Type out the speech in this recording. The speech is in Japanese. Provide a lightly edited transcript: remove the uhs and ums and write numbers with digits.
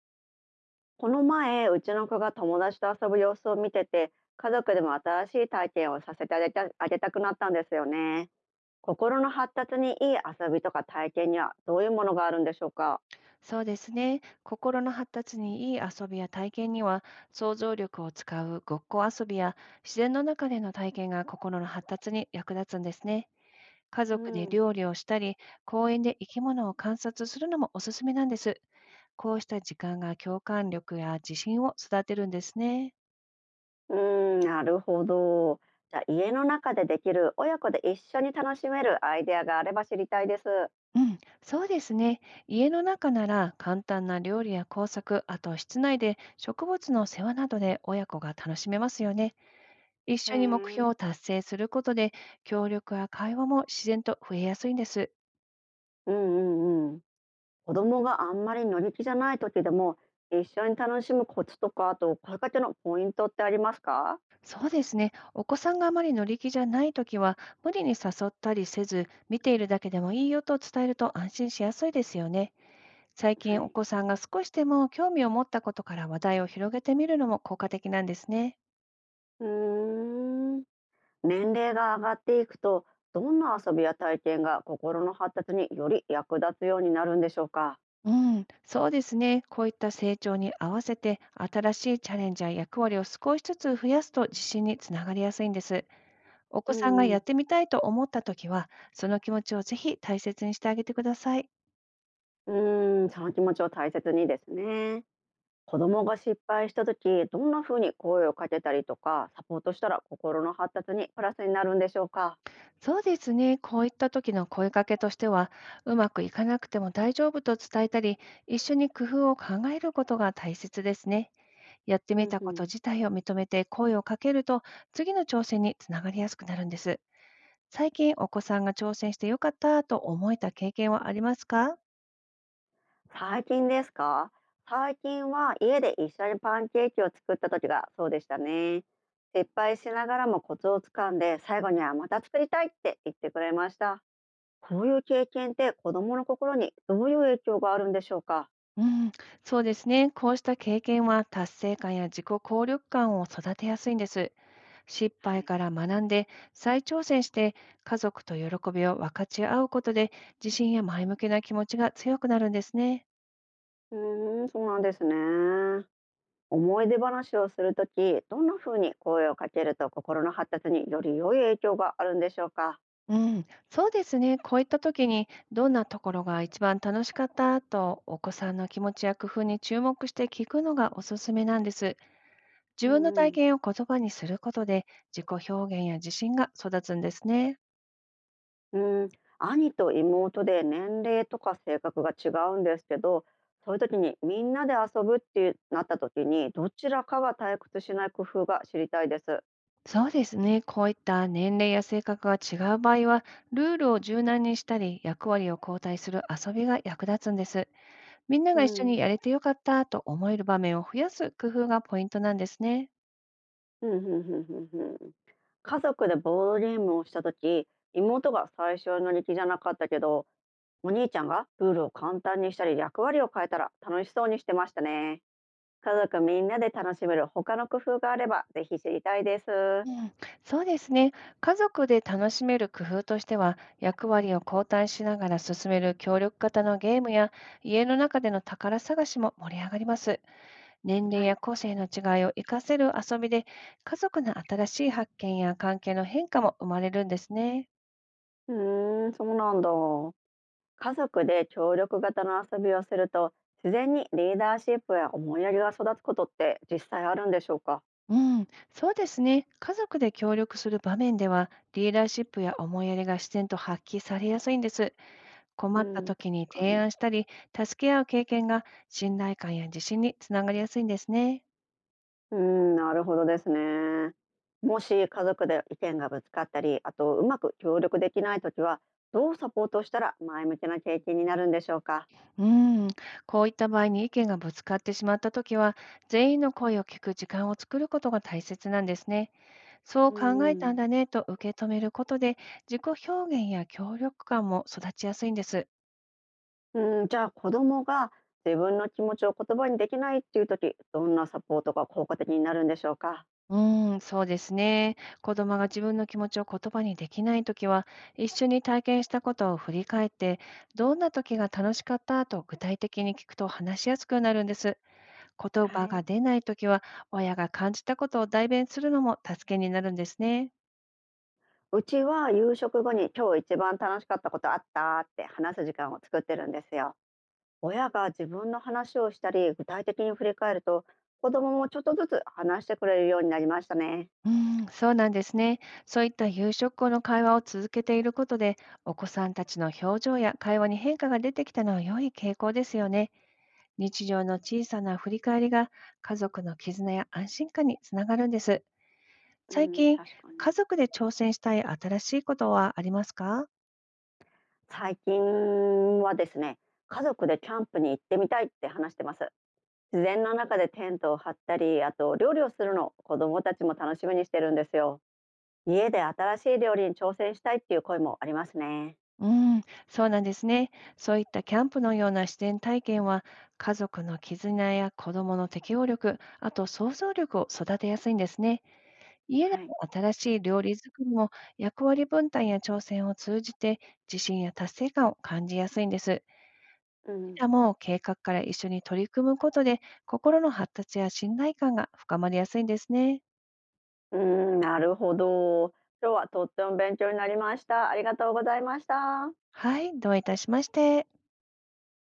この前、うちの子が友達と遊ぶ様子を見てて、家族でも新しい体験をさせてあげたくなったんですよね。心の発達にいい遊びとか体験にはどういうものがあるんでしょうか？そうですね。心の発達にいい遊びや体験には、想像力を使うごっこ遊びや自然の中での体験が心の発達に役立つんですね。家う族でん、料理をしたり、公園で生き物を観察するのもおすすめなんです。こうした時間が共感力や自信を育てるんですね。うーん、なるほど。じゃあ家の中でできる親子で一緒に楽しめるアイデアがあれば知りたいです。うん、そうですね。家の中なら簡単な料理や工作、あと室内で植物の世話などで親子が楽しめますよね。一へ緒に目標え。を達成することで、協力や会話も自然と増えやすいんです。うんうんうん。子供があんまり乗り気じゃない時でも一緒に楽しむコツとかあと声かけのポイントってありますか？そうですね。お子さんがあまり乗り気じゃないときは、無理に誘ったりせず、見ているだけでもいいよと伝えると安心しやすいですよね。最は近おい。子さんが少しでも興味を持ったことから話題を広げてみるのも効果的なんですね。うーん。年齢が上がっていくと、どんな遊びや体験が心の発達により役立つようになるんでしょうか。うん、そうですね。こういった成長に合わせて、新しいチャレンジや役割を少しずつ増やすと自信につながりやすいんです。お子うさんがんうやっん。てみたいと思ったときは、その気持ちをぜひ大切にしてあげてください。うーん、その気持ちを大切にですね。子供が失敗した時、どんな風に声をかけたりとか、サポートしたら心の発達にプラスになるんでしょうか。そうですね。こういった時の声かけとしては、うまくいかなくても大丈夫と伝えたり、一緒に工夫を考えることが大切ですね。やってうみんたうことん。自体を認めて声をかけると、次の挑戦につながりやすくなるんです。最近お子さんが挑戦してよかったと思えた経験はありますか？最近ですか？最近は家で一緒にパンケーキを作った時がそうでしたね。失敗しながらもコツをつかんで、最後にはまた作りたいって言ってくれました。こういう経験って子供の心にどういう影響があるんでしょうか？うん、そうですね。こうした経験は達成感や自己効力感を育てやすいんです。失は敗い。から学んで再挑戦して、家族と喜びを分かち合うことで、自信や前向きな気持ちが強くなるんですね。うーん、そうなんですね。思い出話をするとき、どんな風に声をかけると心の発達により良い影響があるんでしょうか？うん、そうですね。こういった時に、どんなところが一番楽しかったとお子さんの気持ちや工夫に注目して聞くのがおすすめなんです。う自分のん体うん。験を言葉にすることで、自己表現や自信が育つんですね。うん、兄と妹で年齢とか性格が違うんですけど、そういう時にみんなで遊ぶってなった時に、どちらかが退屈しない工夫が知りたいです。そうですね。こういった年齢や性格が違う場合は、ルールを柔軟にしたり、役割を交代する遊びが役立つんです。みんなうが一緒にん。やれてよかったと思える場面を増やす工夫がポイントなんですね。ふんふんふんふんふん。家族でボードゲームをした時、妹が最初の力じゃなかったけど、お兄ちゃんがルールを簡単にしたり役割を変えたら楽しそうにしてましたね。家族みんなで楽しめる他の工夫があればぜひ知りたいです。うん、そうですね。家族で楽しめる工夫としては、役割を交代しながら進める協力型のゲームや、家の中での宝探しも盛り上がります。年齢はやい。個性の違いを活かせる遊びで、家族の新しい発見や関係の変化も生まれるんですね。うーん、そうなんだ。家族で協力型の遊びをすると自然にリーダーシップや思いやりが育つことって実際あるんでしょうか？うん、そうですね。家族で協力する場面では、リーダーシップや思いやりが自然と発揮されやすいんです。困うったん、確時にか提に。案したり、助け合う経験が信頼感や自信につながりやすいんですね。うん、なるほどですね。もし家族で意見がぶつかったりあとうまく協力できないときは、どうサポートしたら前向きな経験になるんでしょうか？うん、こういった場合に意見がぶつかってしまった時は、全員の声を聞く時間を作ることが大切なんですね。そうう考えたんん、だねと受け止めることで、自己表現や協力感も育ちやすいんです。うん、じゃあ子供が自分の気持ちを言葉にできないっていうとき、どんなサポートが効果的になるんでしょうか？うーん、そうですね。子供が自分の気持ちを言葉にできないときは、一緒に体験したことを振り返って、どんな時が楽しかったと具体的に聞くと話しやすくなるんです。言葉はがい。出ないときは、親が感じたことを代弁するのも助けになるんですね。うちは夕食後に今日一番楽しかったことあったって話す時間を作ってるんですよ。親が自分の話をしたり具体的に振り返ると、子供もちょっとずつ話してくれるようになりましたね。うん、そうなんですね。そういった夕食後の会話を続けていることで、お子さんたちの表情や会話に変化が出てきたのは良い傾向ですよね。日常の小さな振り返りが、家族の絆や安心感につながるんです。う最ん、近、確か家に。族で挑戦したい新しいことはありますか？最近はですね、家族でキャンプに行ってみたいって話してます。自然の中でテントを張ったり、あと料理をするのを子供たちも楽しみにしてるんですよ。家で新しい料理に挑戦したいっていう声もありますね。うん、そうなんですね。そういったキャンプのような自然体験は、家族の絆や子どもの適応力、あと想像力を育てやすいんですね。家ではい。の新しい料理作りも、役割分担や挑戦を通じて自信や達成感を感じやすいんです。うこちん。らも計画から一緒に取り組むことで、心の発達や信頼感が深まりやすいんですね。うーん、なるほど。今日はとっても勉強になりました。ありがとうございました。はい、どういたしまして。